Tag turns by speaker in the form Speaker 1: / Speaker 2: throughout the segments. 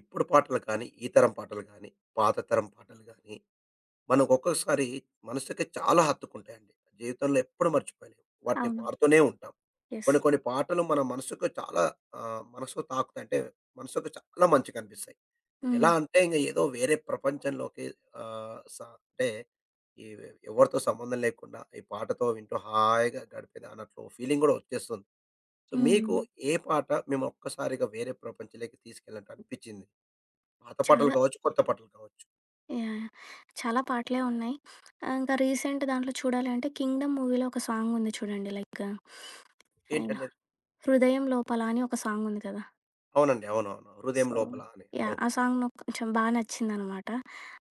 Speaker 1: ఇప్పుడు పాటలు కానీ, ఈ తరం పాటలు కానీ, పాత తరం పాటలు కానీ, మనకు ఒక్కొక్కసారి మనసుకి చాలా హత్తుకుంటాయండి. జీవితంలో ఎప్పుడు మర్చిపోలేము. వాటిని
Speaker 2: అవును.
Speaker 1: పాడుతూనే ఉంటాం.
Speaker 2: యెస్.
Speaker 1: కొన్ని కొన్ని పాటలు మన మనసుకు చాలా మనసుకు తాకుతాయి. అంటే మనసుకు చాలా మంచిగనిపిస్తాయి. ఎలా
Speaker 2: హ్మ్.
Speaker 1: అంటే ఇంక ఏదో వేరే ప్రపంచంలోకి ఆహ్, స అంటే ఈ ఎవరితో సంబంధం లేకుండా ఈ పాటతో వింటూ హాయిగా గడిపేదా అన్నట్లు ఫీలింగ్ కూడా వచ్చేస్తుంది. సో,
Speaker 2: హ్మ్.
Speaker 1: మీకు ఏ పాట మిమ్మల్ని ఒక్కసారిగా వేరే ప్రపంచంలోకి తీసుకెళ్ళినట్టు అనిపించింది? పాత పాటలు
Speaker 2: చాలా
Speaker 1: కావచ్చు, కొత్త పాటలు కావచ్చు.
Speaker 2: యాహ్! చాలా పాటలే ఉన్నాయి. ఇంకా రీసెంట్ దాంట్లో చూడాలి అంటే 'కింగ్డమ్' మూవీలో ఒక సాంగ్ ఉంది చూడండి. లైక్ అండ్
Speaker 1: ఏంటనేది
Speaker 2: 'హృదయం లోపల' అని ఒక సాంగ్ ఉంది కదా!
Speaker 1: అవునండి. అవునవును. హృదయం
Speaker 2: సో
Speaker 1: లోపల అని.
Speaker 2: యాహ్!
Speaker 1: అవును.
Speaker 2: ఆ సాంగ్ నాకు కొంచెం బా నచ్చిందనమాట.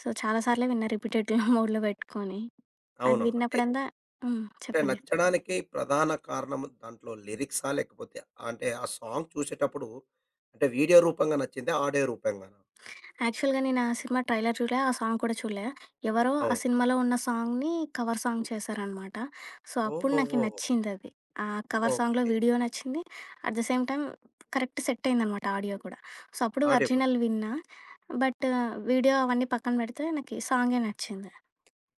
Speaker 2: సో చాలా సార్లే విన్నా రిపీటెడ్‌లో మోడ్‌లో పెట్టుకొని. అది
Speaker 1: అవునవును. ఎ
Speaker 2: విన్నప్పుడంతా హ్మ్.
Speaker 1: అంటే
Speaker 2: చెప్పండి.
Speaker 1: నచ్చడానికి ప్రధాన కారణం దాంట్లో లిరిక్సా? లేకపోతే అంటే ఆ సాంగ్ చూసేటప్పుడు అంటే వీడియో రూపంగా నచ్చిందా? ఆడియో రూపంగానా?
Speaker 2: యాక్చువల్‌గా నేను ఆ సినిమా ట్రైలర్ చూడలే. ఆ సాంగ్ కూడా చూడలే. ఎవరో ఆ
Speaker 1: అవును.
Speaker 2: సినిమాలో ఉన్న సాంగ్‌ని కవర్ సాంగ్ చేశారనమాట. సో, అప్పుడు నాకి
Speaker 1: ఓహోహో!
Speaker 2: నచ్చిందది. ఆ కవర్ సాంగ్‌లో
Speaker 1: ఓకే.
Speaker 2: వీడియో నచ్చింది. At the same time correct set అయిందనమాట ఆడియో కూడా. సో, అప్పుడు
Speaker 1: ఆడియో కూడా.
Speaker 2: ఒరిజినల్ విన్నా. బట్ వీడియో అవన్నీ పక్కన పెడితే నాకి సాంగే నచ్చింది.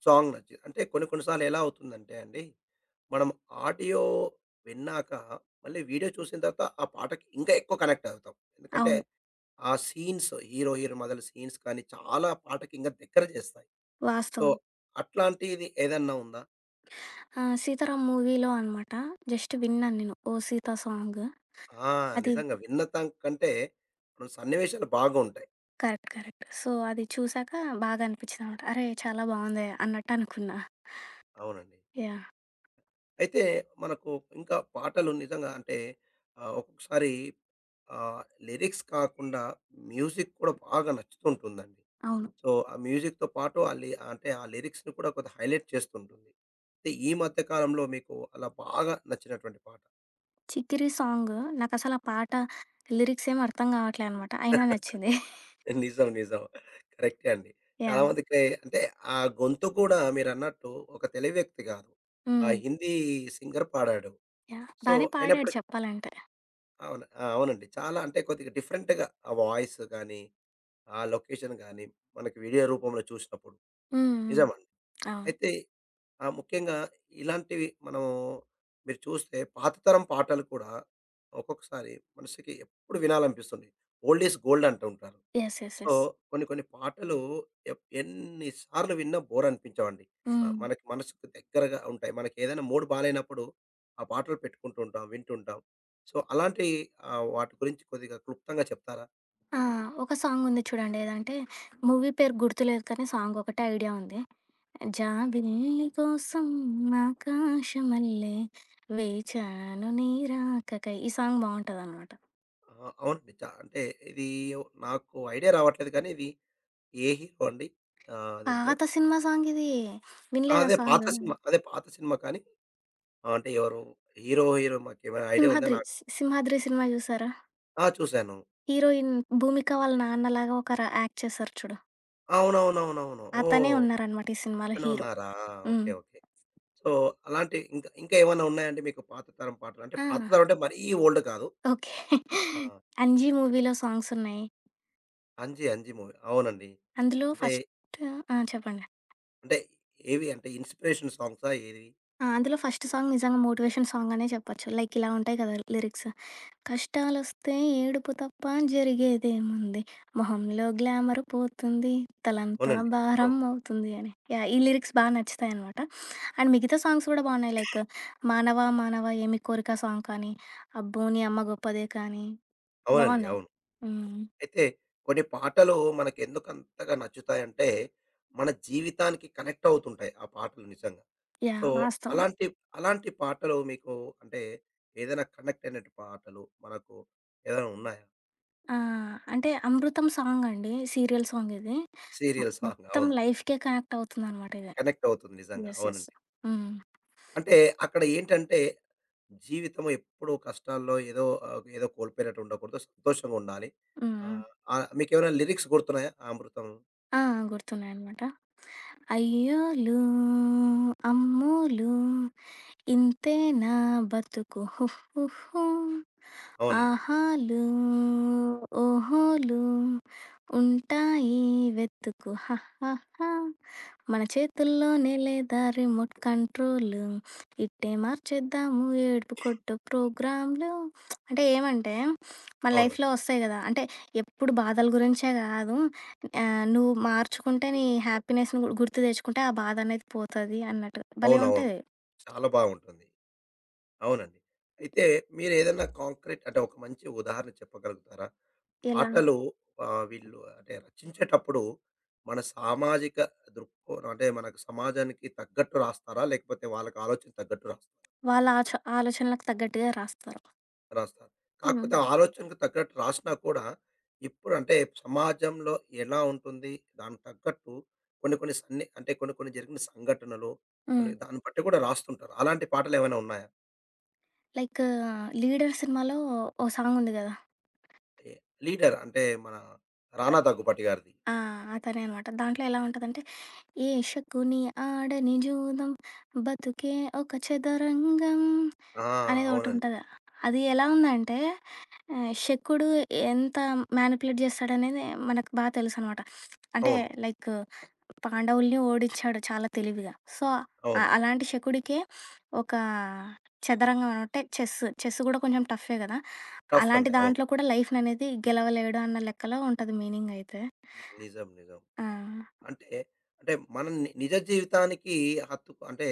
Speaker 1: సాంగ్ నచ్చింది. అంటే కొన్ని కొన్ని సార్లు ఎలా అవుతుందంటే అండి, మనం ఆడియో విన్నాక మళ్ళీ వీడియో చూసిన తర్వాత ఆ పాటకి ఇంకా ఎక్కువ కనెక్ట్ అవుతాం. ఎందుకంటే
Speaker 2: అవును.
Speaker 1: ఆ సీన్స్ హీరో, హీరోయిన్ మొదలు సీన్స్ కానీ చాలా పాటకి ఇంక దగ్గర చేస్తాయి. సో,
Speaker 2: వాస్తవం.
Speaker 1: అట్లాంటిది ఏదన్నా ఉందా?
Speaker 2: ఆ! 'సీతారాం' మూవీలో అనమాట జస్ట్ విన్నాను నేను. 'ఓ సీత' సాంగ్.
Speaker 1: ఆ!
Speaker 2: అది
Speaker 1: నిజంగా విన్నతం కంటే మనం సన్నివేశాలు బాగుంటాయి.
Speaker 2: కరెక్ట్. కరెక్ట్. సో, అది చూసాక బాగా అనిపించిందనమాట. అరే! చాలా బావుందే అన్నట్టు అనుకున్నా.
Speaker 1: అవునండి.
Speaker 2: యాహ్!
Speaker 1: అయితే మనకు ఇంకా పాటలు నిజంగా అంటే ఒక్కొక్కసారి ఆహ్, లిరిక్స్ కాకుండా మ్యూజిక్ కూడా బాగా నచ్చుతుంటుందండి.
Speaker 2: అవును.
Speaker 1: సో, ఆ మ్యూజిక్‌తో పాటు ఆ లి అంటే ఆ లిరిక్స్‌ని కూడా కొద్దిగా హైలైట్ చేస్తుంటుంది. అయితే ఈ మధ్య కాలంలో మీకు అలా బాగా నచ్చినటువంటి పాట?
Speaker 2: 'చిక్కిరి' సాంగ్ నాకసల ఆ పాట లిరిక్స్ ఏమి అర్థం కావట్లే అనమాట. అయినా నచ్చింది.
Speaker 1: నిజం. నిజం. కరెక్టే అండి. చాలా
Speaker 2: యాహ్!
Speaker 1: మందికి అంటే ఆ గొంతు కూడా మీరన్నట్టు ఒక తెలివి వ్యక్తి కాదు. ఆ
Speaker 2: హ్మ్.
Speaker 1: హిందీ సింగర్ పాడాడు.
Speaker 2: యాహ్!
Speaker 1: సో,
Speaker 2: బానే పాడాడు
Speaker 1: అయినప్పటికి
Speaker 2: చెప్పాలంటే.
Speaker 1: అవును. ఆ! అవునండి. చాలా అంటే కొద్దిగా డిఫరెంట్‌గా ఆ వాయిస్ గాని, ఆ లొకేషన్ గాని, మనకి వీడియో రూపంలో చూసినప్పుడు
Speaker 2: హ్మ్. హ్మ్.
Speaker 1: నిజమండి.
Speaker 2: అవును.
Speaker 1: అయితే ముఖ్యంగా ఇలాంటివి మనం మీరు చూస్తే పాత తరం పాటలు కూడా ఒక్కొక్కసారి మనిషికి ఎప్పుడు వినాలనిపిస్తుంది. ఓల్డ్ ఈజ్ గోల్డ్ అంటూ ఉంటారు.
Speaker 2: యెస్. యెస్.
Speaker 1: So,
Speaker 2: yes.
Speaker 1: కొన్ని కొన్ని పాటలు ఎప్ ఎన్ని సార్లు విన్నా బోర్ అనిపించవండి. మ
Speaker 2: హ్మ్.
Speaker 1: మనకి మనసుకు దగ్గరగా ఉంటాయి. మనకేదైనా మూడ్ బాలేనప్పుడు ఆ పాటలు పెట్టుకుంటూ ఉంటాం, వింటుంటాం. సో, అలాంటి వాటి గురించి కొద్దిగా క్లుప్తంగా చెప్తారా?
Speaker 2: ఆ! ఒక సాంగుంది చూడండి. ఏదంటే మూవీ పేరు గుర్తులేదు కానీ సాంగ్ ఒకటే ఐడియా ఉంది. జాబిల్లి కోసం ఆకాశమల్లె వేచాను నీ రాకకై. ఈ సాంగ్ బావుంటదనమాట.
Speaker 1: ఆ! అవునండి. చ అంటే ఇది నాకు ఐడియా రావట్లేదు కానీ ఇది ఏ హీరో అండి? దీంట్లో
Speaker 2: పాత సినిమా సాంగిది.
Speaker 1: ఆ!
Speaker 2: వినలేదా
Speaker 1: అదే పాత
Speaker 2: సాంగు?
Speaker 1: సినిమా. అదే పాత సినిమా కానీ అంటే ఎవరు హీరో, హీరోయిన్ మాకేమైనా ఐడియా ఉందా
Speaker 2: సింహాద్రి.
Speaker 1: నాకు?
Speaker 2: 'సింహాద్రి' సినిమా చూసారా?
Speaker 1: ఆ! చూసాను.
Speaker 2: హీరోయిన్ 'భూమిక' వాళ్ళ నాన్నలాగా ఒకరు యాక్ట్ చేశారు చూడు.
Speaker 1: అవునవునవునవును.
Speaker 2: అతనే
Speaker 1: ఓహ్!
Speaker 2: ఉన్నారనమాట ఈ సినిమాలో హీరో.
Speaker 1: అతనున్నారా?
Speaker 2: హ్మ్.
Speaker 1: ఓకే. ఓకే. సో, అలాంటి ఇంకా ఇంకా ఏమన్నా ఉన్నాయండి మీకు పాత తరం పాటలు? అంటే
Speaker 2: ఆ!
Speaker 1: పాత తరం అంటే మరీ ఓల్డ్ కాదు.
Speaker 2: ఓకే.
Speaker 1: ఆ!
Speaker 2: 'అంజీ' మూవీలో సాంగ్సున్నాయి.
Speaker 1: 'అంజి అంజి' మూవీ. అవునండి.
Speaker 2: అందులో
Speaker 1: అంటే,
Speaker 2: ఫస్ట్ ఆ! చెప్పండి.
Speaker 1: అంటే ఏవి అంటే ఇన్‌స్పిరేషన్ సాంగ్సా ఏవి?
Speaker 2: ఆ! అందులో ఫస్ట్ సాంగ్ నిజంగా మోటివేషన్ సాంగ్ అనే చెప్పొచ్చు. లైక్ ఇలా ఉంటాయి కదా లిరిక్స్. కష్టాలొస్తే ఏడుపు తప్ప జరిగేదేముంది, మొహంలో గ్లామర్ పోతుంది, తలంతా
Speaker 1: అవునండి. అవును.
Speaker 2: భారం అవుతుంది అని. యాహ్! ఈ లిరిక్స్ బా నచ్చుతాయనమాట. అండ్ మిగతా సాంగ్స్ గూడా బావున్నాయి. లైక్ 'మానవ మానవ ఏమి కోరిక' సాంగ్ కానీ, 'అబ్బో నీ అమ్మ గొప్పదే' కానీ
Speaker 1: అవునండి.
Speaker 2: బావున్నాయి.
Speaker 1: అవును.
Speaker 2: హ్మ్.
Speaker 1: అయితే కొన్ని పాటలు మనకెందుకు అంతగా నచ్చుతాయంటే, మన జీవితానికి కనెక్ట్ అవుతుంటాయి ఆ పాటలు నిజంగా. So,
Speaker 2: yeah! వాస్తవం.
Speaker 1: అలాంటి అలాంటి పాటలు మీకు అంటే ఏదైనా కనెక్ట్ అయినట్టు పాటలు మనకు ఏదైనా ఉన్నాయా?
Speaker 2: ఆ! అంటే 'అమృతం' సాంగ్ అండి. సీరియల్ సాంగ్ ఇది. మొ
Speaker 1: సీరియల్ సాంగ్
Speaker 2: మొత్తం
Speaker 1: అవును.
Speaker 2: లైఫ్‌కే కనెక్ట్ అవుతుందనమాట ఇది.
Speaker 1: కనెక్ట్ అవుతుంది నిజంగా.
Speaker 2: యెస్. యెస్.
Speaker 1: అవునండి.
Speaker 2: హ్మ్.
Speaker 1: అంటే అక్కడ ఏంటంటే, జీవితం ఎప్పుడూ కష్టాల్లో ఏదో ఏదో కోల్పోయినట్టు ఉండకూడదు. సంతోషంగా ఉండాలి.
Speaker 2: హ్మ్. హ్మ్.
Speaker 1: ఆహ్, ఆహ్, మీకేమైనా లిరిక్స్ గుర్తున్నాయా? ఆ 'అమృతం'
Speaker 2: ఆ! గుర్తున్నాయనమాట. అయ్యోలు, అమ్మోలు ఇంతే నా బతుకు హుహుహు.
Speaker 1: అవునండి.
Speaker 2: ఆహాలు ఓహోలు ఉంటాయి వెతుకు హహహ. మన చేతుల్లోనే లేదా రిమోట్ కంట్రోల్ ఇట్టే మార్చేద్దాము ఏడుపు కొట్టు ప్రోగ్రాంలు అంటే ఏమంటే మన
Speaker 1: అవును.
Speaker 2: లైఫ్లో వస్తాయి కదా అంటే ఎప్పుడు బాధల గురించే కాదు ఆ, నువ్వు మార్చుకుంటే నీ హ్యాపీనెస్ని గుర్తు తెచ్చుకుంటే ఆ బాధ అనేది పోతుంది అన్నట్టు భలే
Speaker 1: అవునవును.
Speaker 2: ఉంటుంది
Speaker 1: చాలా బావుంటుంది. అవునండి. అయితే మీరేదైనా కాంక్రీట్ అంటే ఒక మంచి ఉదాహరణ చెప్పగలుగుతారా?
Speaker 2: ఎలా
Speaker 1: పాటలు వీళ్ళు అంటే రచించేటప్పుడు మన సామాజిక దృక్కోణం అంటే మనకు సమాజానికి తగ్గట్టు రాస్తారా? లేకపోతే వాళ్ళకి ఆలోచనకు తగ్గట్టు రాస్తారా?
Speaker 2: వాళ్ళ ఆలోచనలకు తగ్గట్టుగా రాస్తారు.
Speaker 1: రాస్తారు.
Speaker 2: హ్మ్.
Speaker 1: కాకపోతే ఆ ఆలోచనకు తగ్గట్టు రాసినా కూడా, ఇప్పుడు అంటే సమాజంలో ఎలా ఉంటుంది? దానికి తగ్గట్టు కొన్ని కొన్ని సన్ని అంటే కొన్ని కొన్ని జరిగిన సంఘటనలు, కొన్ని
Speaker 2: హ్మ్.
Speaker 1: దాన్ని బట్టి కూడా రాస్తుంటారు. అలాంటి పాటలేమైనా ఉన్నాయా?
Speaker 2: లైక్ 'లీడర్' సినిమాలో ఓ సాంగ్ ఉంది గదా!
Speaker 1: ఏ లీడర్ అంటే మన 'రానా దగ్గుపాటి' గారిది.
Speaker 2: ఆ! అతనే అనమాట. దాంట్లో ఎలా ఉంటదంటే, ఏ శకుని ఆడని జూదం బతుకే ఒక చదరంగం
Speaker 1: ఆ!
Speaker 2: అనేది
Speaker 1: అవునండి.
Speaker 2: ఒకటుంటది. అది ఎలా ఉందంటే శకుడు ఎంత మ్యానిపులేట్ చేస్తాడనేది మనకు బా తెలుసనమాట. అంటే
Speaker 1: అవును.
Speaker 2: లైక్ పాండవుల్ని ఓడించాడు చాలా తెలివిగా. సో,
Speaker 1: అవును.
Speaker 2: అలాంటి శకుడికే ఒక చదరంగం అంటే చెస్. చెస్ గూడా కొంచెం టఫ్ఫే గదా!
Speaker 1: టఫ్
Speaker 2: అలాంటి
Speaker 1: అండి. అవును.
Speaker 2: దాంట్లో కూడా లైఫ్‌ననేది గెలవలేడు అన్న లెక్కలో ఉంటది మీనింగయితే.
Speaker 1: నిజం. నిజం.
Speaker 2: ఆ!
Speaker 1: అంటే, అంటే మన ని నిజ జీవితానికి హత్తుకు అంటే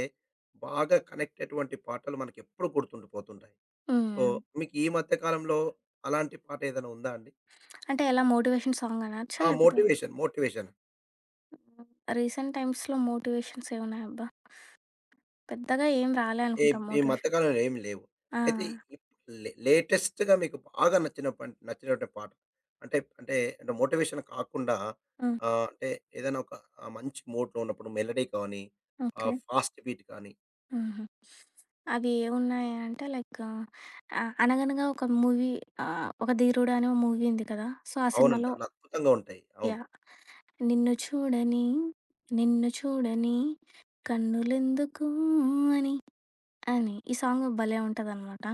Speaker 1: బాగా కనెక్ట్ అటువంటి పాటలు మనకెప్పుడు గుర్తుండిపోతుంటాయి.
Speaker 2: హ్మ్.
Speaker 1: సో,
Speaker 2: హ్మ్.
Speaker 1: మీకు ఈ మధ్య కాలంలో అలాంటి పాట ఏదైనా ఉందా అండి?
Speaker 2: అంటే ఎలా మోటివేషన్ సాంగ్ అనొచ్చా?
Speaker 1: ఆ!
Speaker 2: లేకపోతే
Speaker 1: మోటివేషన్, మోటివేషన్.
Speaker 2: రీసెంట్ టైమ్స్‌లో మోటివేషన్స్ ఏమున్నాయబ్బా! పెద్దగా ఏం రాలే
Speaker 1: ఈ
Speaker 2: అనుకుంటా
Speaker 1: ఈ మధ్య
Speaker 2: మోటివేషన్.
Speaker 1: కాలంలో ఏమి లేవు.
Speaker 2: ఆ!
Speaker 1: అయితే ఇప్ లే లేటెస్ట్‌గా మీకు బాగా నచ్చిన పన్ నచ్చినటువంటి పాట అంటే, అంటే మోటివేషన్ కాకుండా
Speaker 2: హ్మ్.
Speaker 1: అంటే ఏదైనా ఒక మంచి మూడ్‌లో ఉన్నప్పుడు మెలోడీ కానీ,
Speaker 2: ఓకే.
Speaker 1: ఫాస్ట్ బీట్ కానీ
Speaker 2: హుహు. అవి ఏవున్నాయి అంటే లైక్ 'అనగనగా' ఒక మూవీ 'ఒక ధీరుడు' అనే ఓ మూవీ ఉంది కదా! సో, ఆ
Speaker 1: అవునండి.
Speaker 2: సినిమాలో
Speaker 1: చాలా అద్భుతంగా ఉంటాయి. అవును.
Speaker 2: యాహ్! నిన్ను చూడని, నిన్ను చూడని కన్నులెందుకు అని, అని ఈ సాంగ్ భలే ఉంటదనమాట.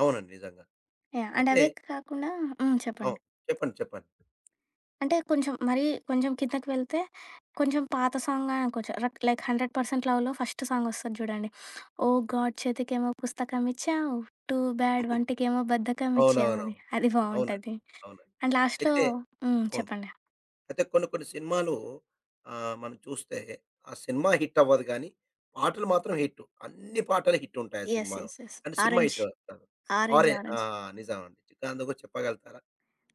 Speaker 1: అవునండి. నిజంగా.
Speaker 2: యాహ్! అండ్
Speaker 1: అయితే
Speaker 2: అవే కాకుండా హ్మ్. చెప్పండి.
Speaker 1: అవును. చెప్పండి. చెప్పండి.
Speaker 2: అంటే కొంచెం మరీ కొంచెం కిందకి వెళ్తే, కొంచెం పాత సాంగే అనుకోవచ్చు. లైక్ 100% లవ్‌లో ఫస్ట్ సాంగ్ వస్తది చూడండి. ఓ గాడ్ చేతికేమో పుస్తకం ఇచ్చావు, టూ బ్యాడ్ వంటికేమో బద్ధకం ఇచ్చావు అని.
Speaker 1: అవునవునవును.
Speaker 2: అది
Speaker 1: అవునండి.
Speaker 2: బావుంటది.
Speaker 1: అవునండి.
Speaker 2: అండ్ లాస్ట్‌లో
Speaker 1: అయితే
Speaker 2: హ్మ్.
Speaker 1: అవును.
Speaker 2: చెప్పండి.
Speaker 1: అయితే కొన్ని కొన్ని సినిమాలు మనం చూస్తే ఆ సినిమా హిట్ అవ్వదు గానీ, పాటలు మాత్రం హిట్. అన్ని పాటలు హిట్ ఉంటాయి ఆ
Speaker 2: యెస్.
Speaker 1: సినిమాలో.
Speaker 2: యెస్. యెస్.
Speaker 1: కానీ సినిమా
Speaker 2: ఆరెంజ్.
Speaker 1: హిట్ కాదు.
Speaker 2: ఆరెంజ్.
Speaker 1: ఆరే ఆ!
Speaker 2: ఆరెంజ్.
Speaker 1: నిజం అండి. దాని గురించి చెప్పగలుగుతారా?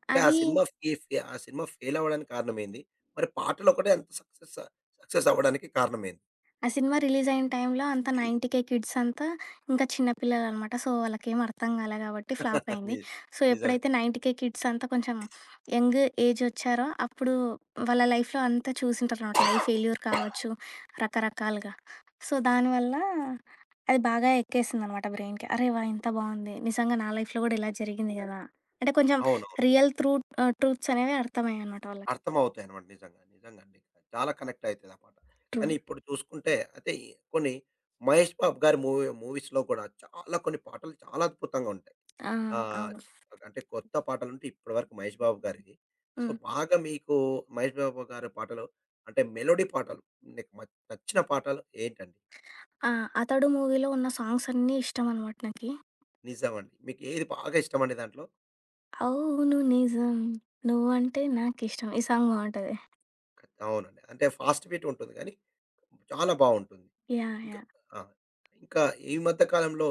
Speaker 1: అంటే ఆ
Speaker 2: అది
Speaker 1: సినిమా ఫీ ఫీ ఆ సినిమా ఫెయిల్ అవ్వడానికి కారణమేంది? మరి పాటలు ఒకటే అంత సక్సెస్ సక్సెస్ అవ్వడానికి కారణమేంది?
Speaker 2: ఆ సినిమా రిలీజ్ అయిన టైంలో అంతా 90కే కిడ్స్ అంతా ఇంకా చిన్న పిల్లలనమాట. సో, వాళ్ళకేమి అర్థం కాలే కాబట్టి ఫ్లాప్ అయింది.
Speaker 1: ని
Speaker 2: సో,
Speaker 1: నిజమే.
Speaker 2: ఎప్పుడైతే 90కే కిడ్స్ అంతా కొంచెం యంగ్ ఏజ్ వచ్చారో అప్పుడు వాళ్ళ లైఫ్‌లో అంతా చూసింటారనమాట. లైఫ్ ఫెయిల్యూర్ కావచ్చు రకరకాలుగా. సో, దానివల్ల అది బాగా ఎక్కేసిందనమాట బ్రెయిన్‌కి. అరే వాహ్! ఎంత బావుంది. నిజంగా నా లైఫ్‌లో కూడా ఇలా జరిగింది కదా! అంటే కొంచెం
Speaker 1: అవును.
Speaker 2: రియల్ త్రూ ట్రూత్స్ అనేవి అర్థమయ్యాయనమాట వాళ్ళకి.
Speaker 1: అర్థమవుతాయనమాట. నిజంగా. నిజంగండి. చాలా కనెక్ట్ అయితది ఆ పాట.
Speaker 2: ట్రూ.
Speaker 1: కానీ ఇప్పుడు చూసుకుంటే అయితే ఈ కొన్ని మహేష్ బాబు గారి మూవీ మూవీస్‌లో కూడా చాలా కొన్ని పాటలు చాలా అద్భుతంగా ఉంటాయి.
Speaker 2: ఆ!
Speaker 1: ఆహ్,
Speaker 2: అవును.
Speaker 1: అంటే కొత్త పాటలుంటే ఇప్పటివరకు మహేష్ బాబు గారివి. సో,
Speaker 2: హ్మ్.
Speaker 1: బాగా మీకు మహేష్ బాబు గారి పాటలు అంటే మెలోడీ పాటలు మీకు మ నచ్చిన పాటలు ఏంటండి?
Speaker 2: ఆ! 'అతడు' మూవీలో ఉన్న సాంగ్స్ అన్నీ ఇష్టమనమాట నాకి.
Speaker 1: నిజమండి. మీకు ఏది బాగా ఇష్టమండి దాంట్లో?
Speaker 2: అవును నిజం నువ్వంటే నాకిష్టం ఈ సాంగ్ బావుంటది.
Speaker 1: అవునండి. అంటే ఫాస్ట్ బీట్ ఉంటుంది గానీ చాలా బావుంటుంది.
Speaker 2: యాహ్!
Speaker 1: ఇంకా
Speaker 2: యాహ్!
Speaker 1: ఆ! ఇంకా ఈ మధ్య కాలంలో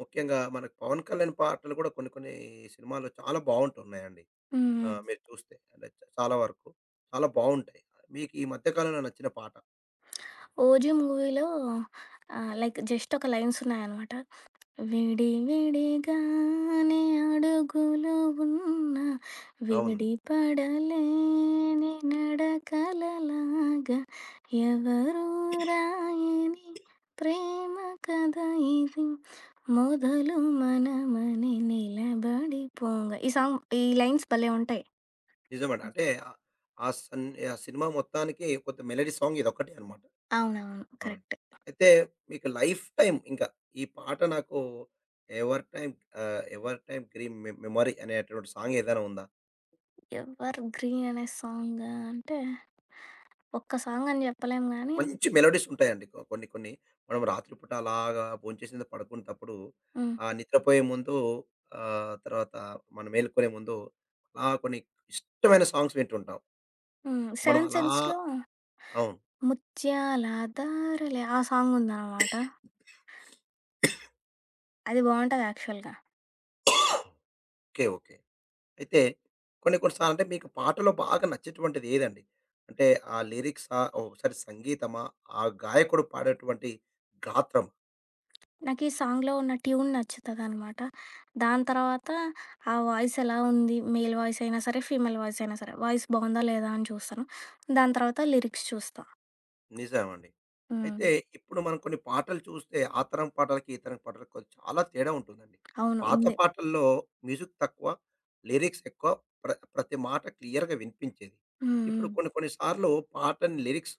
Speaker 1: ముఖ్యంగా మనకు 'పవన్ కళ్యాణ్' పాటలు కూడా కొన్ని కొన్ని సినిమాల్లో చాలా బావుంటున్నాయండి.
Speaker 2: హ్మ్.
Speaker 1: ఆ!
Speaker 2: హ్మ్.
Speaker 1: మీరు చూస్తే అంటే చ చాలా వరకు. చాలా బావుంటాయి. మీకు ఈ మధ్య కాలంలో నచ్చిన పాట?
Speaker 2: 'ఓజీ' మూవీలో లైక్ జస్ట్ ఒక లైన్స్ ఉన్నాయనమాట. విడి విడిగానే అడుగులు ఉన్నా
Speaker 1: అవును.
Speaker 2: విడిపడలేని నడకలలాగా ఎవరు రాయని ప్రేమ కథ ఇది మొదలు మనమని నిలబడిపోంగ ఈ సాంగ్ ఈ లైన్స్ భలే ఉంటాయి
Speaker 1: నిజమండి. అంటే ఆ సన్ ఆ సినిమా మొత్తానికి కొంత మెలోడీ సాంగ్ ఇదొక్కటే అన్నమాట.
Speaker 2: అవునవును
Speaker 1: అవునండి.
Speaker 2: కరెక్ట్
Speaker 1: అయితే మీకు లైఫ్ టైమ్ ఇంకా ఈ పాట నాకు ever time ever time green మె మెమరీ అనేటువంటి సాంగ్ ఏదైనా ఉందా?
Speaker 2: ఎవర్ గ్రీన్ అనే సాంగ్ అంటే ఒక్క సాంగ్ అని చెప్పలేం కానీ
Speaker 1: మంచి మెలోడీస్ ఉంటాయండి. కొ కొన్ని కొన్ని మనం రాత్రి పూట అలాగా భోంచేసిన తర్వాత పడుకునేటప్పుడు నిద్రపోయే ముందు తర్వాత మనం మేలుకునే ముందు అలా కొన్ని ఇష్టమైన సాంగ్స్ వింటుంటాం. మనం
Speaker 2: సెవెన్
Speaker 1: అలా
Speaker 2: సెన్స్లో
Speaker 1: అవును.
Speaker 2: 'ముత్యాల దారలే' ఆ సాంగుందనమాట. అది బావుంటది యాక్చువల్‌గా.
Speaker 1: ఓకే. ఓకే. అయితే కొన్ని కొన్ని సార్లు అంటే మీకు పాటలో బాగా నచ్చేటువంటిది ఏదండి? అంటే ఆ లిరిక్సా? ఒకసారి సంగీతమా? ఆ గాయకుడు పాడేటువంటి గాత్రం
Speaker 2: నాకీ సాంగ్‌లో ఉన్న ట్యూన్ నచ్చుతదనమాట. దాని తర్వాత ఆ వాయిస్ ఎలా ఉంది, మేల్ వాయిస్ అయినా సరే, ఫీమేల్ వాయిస్ అయినా సరే, వాయిస్ బావుందా లేదా అని చూస్తాను. దాని తర్వాత లిరిక్స్ చూస్తా.
Speaker 1: నిజమండి.
Speaker 2: హ్మ్.
Speaker 1: అయితే ఇప్పుడు మనం కొన్ని పాటలు చూస్తే ఆ తరం పాటలకి, ఈ తరం పాటలకి కొ చాలా తేడా ఉంటుందండి.
Speaker 2: అవును.
Speaker 1: పాత
Speaker 2: ఉంది.
Speaker 1: పాటల్లో మ్యూజిక్ తక్కువ, లిరిక్స్ ఎక్కువ. ప్ర ప్రతి మాట క్లియర్‌గా వినిపించేది.
Speaker 2: హ్మ్.
Speaker 1: ఇప్పుడు
Speaker 2: హ్మ్.
Speaker 1: కొన్ని కొన్ని సార్లు పాటని లిరిక్స్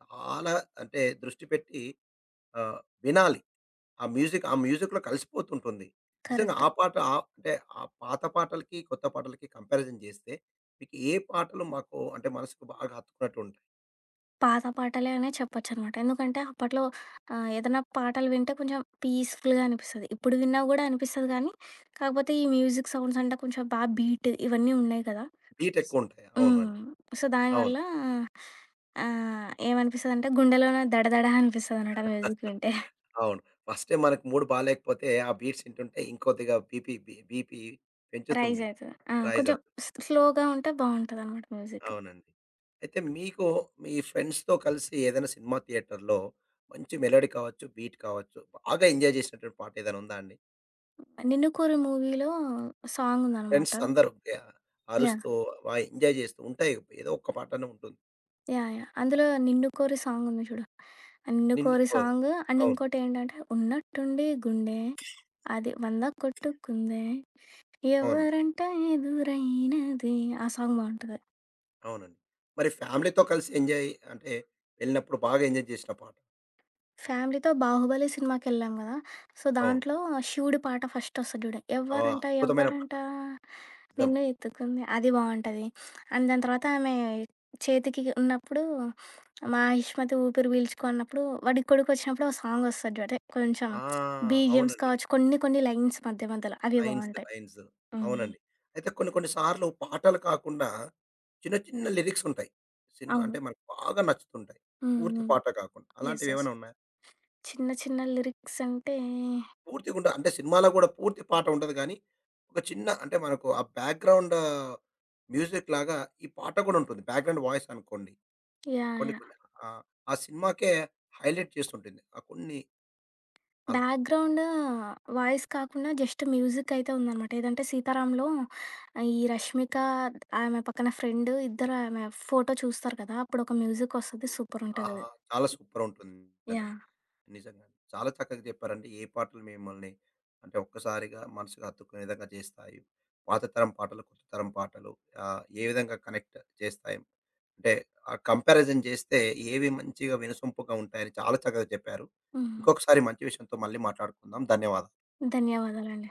Speaker 1: చాలా అంటే దృష్టి పెట్టి ఆహ్, వినాలి. ఆ మ్యూజిక్ ఆ మ్యూజిక్‌లో కలిసిపోతుంటుంది. నిజంగా
Speaker 2: కరెక్ట్.
Speaker 1: ఆ పాట అంటే ఆ పాత పాటలకి, కొత్త పాటలకి కంపారిజన్ చేస్తే మీకు ఏ పాటలు మాకు అంటే మనసుకు బాగా హత్తుకున్నట్టు ఉంటాయి?
Speaker 2: పాత పాటలే అనే చెప్పొచ్చనమాట. ఎందుకంటే అప్పట్లో ఏదైనా పాటలు వింటే కొంచెం పీస్‌ఫుల్‌గా అనిపిస్తది. ఇప్పుడు విన్నా గూడా అనిపిస్తది కానీ, కాకపోతే ఈ మ్యూజిక్ సౌండ్స్ అంటే కొంచెం బా బీట్ ఇవన్నీ ఉన్నాయి కదా!
Speaker 1: బీట్ ఎక్కువ ఉంటాయి. అవునండి.
Speaker 2: హ్మ్. సో,
Speaker 1: అవును.
Speaker 2: దానివల్ల ఏమనిపిస్తదంటే గుండెలోన దడదడ అనిపిస్తదనమాట మ్యూజిక్ వింటే.
Speaker 1: అవును. ఫస్టే మనకు మూడ్ బాలేకపోతే ఆ బీట్స్ వింటుంటే ఇంకొద్దిగా బీపీ బీ బీపీ
Speaker 2: రైజ్
Speaker 1: పెంచుతుంది.
Speaker 2: అయితది. ఆ!
Speaker 1: రైజ్
Speaker 2: కొంచెం
Speaker 1: అవుతుంది.
Speaker 2: స్లోగా ఉంటే బావుంటదనమాట మ్యూజిక్.
Speaker 1: అవునండి. అయితే మీకు మీ ఫ్రెండ్స్‌తో కలిసి ఏదైనా సినిమా థియేటర్‌లో మంచి మెలోడీ కావచ్చు, బీట్ కావచ్చు, బాగా ఎంజాయ్ చేసినటువంటి పాట ఏదైనా ఉందా అండి?
Speaker 2: 'నిన్ను కోరి' మూవీలో
Speaker 1: ఫ్రెండ్స్
Speaker 2: సాంగుందనమాట.
Speaker 1: అందరూ ఆహ్,
Speaker 2: యాహ్!
Speaker 1: అరుస్తూ బాగా ఎంజాయ్ చేస్తూ ఉంటాయి. ఏదో ఒక్క పాటనే ఉంటుంది.
Speaker 2: యాహ్! యాహ్! అందులో 'నిన్ను కోరి' సాంగుంది చూడు. ఆ 'నిన్ను
Speaker 1: నిన్ను
Speaker 2: కోరి'
Speaker 1: కోరి.
Speaker 2: సాంగు అండ్
Speaker 1: అవును.
Speaker 2: ఇంకోటేంటంటే, ఉన్నట్టుండి గుండె అది 100 కొట్టుకుందే
Speaker 1: అవును.
Speaker 2: ఎవరంట ఎదురైనది ఆ సాంగ్ బావుంటది.
Speaker 1: అవునండి. మరి ఫ్యామిలీతో కలిసి ఎంజాయ్ అంటే వెళ్ళినప్పుడు బాగా ఎంజాయ్ చేసిన పాట?
Speaker 2: ఫ్యామిలీతో 'బాహుబలి' సినిమాకెళ్ళాం గదా! సో,
Speaker 1: అవును.
Speaker 2: దాంట్లో శివుడి పాట ఫస్ట్ ఒస్తది జూడు.
Speaker 1: ఆ!
Speaker 2: ఎవ్వరంట
Speaker 1: అద్భుతమైన పాట.
Speaker 2: ఎవ్వరంట
Speaker 1: నిజం.
Speaker 2: నిన్ను ఎత్తుకుంది అది బావుంటది. అండ్ దాని తర్వాత ఆమె చేతికి ఉన్నప్పుడు మహిష్మతి ఊపిరి పీల్చుకో అన్నప్పుడు వాడి కొడుకొచ్చినప్పుడు ఓ సాంగొస్తది జూడు. అంటే కొంచెం
Speaker 1: ఆ!
Speaker 2: బీజీఎమ్స్
Speaker 1: అవునండి.
Speaker 2: కావచ్చు కొన్ని కొన్ని లైన్స్ మధ్య మధ్యలో అవి
Speaker 1: లైన్స్,
Speaker 2: బావుంటాయి.
Speaker 1: లైన్స్.
Speaker 2: హ్మ్.
Speaker 1: అవునండి. అయితే కొన్ని కొన్ని సార్లు పాటలు కాకుండా చిన్న చిన్న లిరిక్సుంటాయి. సినిమా
Speaker 2: అవును.
Speaker 1: అంటే మనకు బాగా నచ్చుతుంటాయి.
Speaker 2: హ్మ్.
Speaker 1: పూర్తి
Speaker 2: హ్మ్.
Speaker 1: పాట కాకుండా.
Speaker 2: యెస్. యెస్.
Speaker 1: అలాంటివేమైనా ఉన్నాయా?
Speaker 2: చిన్న చిన్న లిరిక్స్ అంటే
Speaker 1: పూర్తిగుండ అంటే సినిమాలో గూడా పూర్తి పాట ఉండదు గానీ, ఒక చిన్న అంటే మనకు ఆ బ్యాక్‌గ్రౌండ్ మ్యూజిక్ లాగా ఈ పాట గూడా ఉంటుంది. బ్యాక్‌గ్రౌండ్ వాయిస్ అనుకోండి.
Speaker 2: యాహ్!
Speaker 1: కొన్ని
Speaker 2: యాహ్!
Speaker 1: కొన్ని ఆ! ఆ సినిమాకే హైలైట్ చేస్తుంటుంది. ఆ కొన్ని అలా.
Speaker 2: బ్యాక్‌గ్రౌండ్ వాయిస్ కాకుండా జస్ట్ మ్యూజికయితే ఉందనమాట. ఏదంటే 'సీతారాంలో' ఈ రష్మిక, ఆమె పక్కన ఫ్రెండ్ ఇద్దరు ఆమె ఫోటో చూస్తారు కదా! అప్పుడొక మ్యూజికొస్తది
Speaker 1: ఆ!
Speaker 2: సూపరుంటదది.
Speaker 1: చాలా సూపరుంటుంది నిజంగా.
Speaker 2: యాహ్!
Speaker 1: నిజంగా. చాలా చక్కగా చెప్పారండి. ఏ పాటలు మిమ్మల్ని అంటే ఒక్కసారిగా మనసుకు హత్తుకునే విధంగా చేస్తాయి. పాత తరం పాటలు, కొత్త తరం పాటలు ఏ విధంగా కనెక్ట్ చేస్తాయి. అంటే ఆ కంపారిజన్ చేస్తే ఏవి మంచిగా వినసొంపుగా ఉంటాయని చాలా చక్కగా చెప్పారు.
Speaker 2: హ్మ్.
Speaker 1: ఇంకొకసారి మంచి విషయంతో మళ్ళీ మాట్లాడుకుందాం. ధన్యవాదాలు.
Speaker 2: ధన్యవాదాలండి.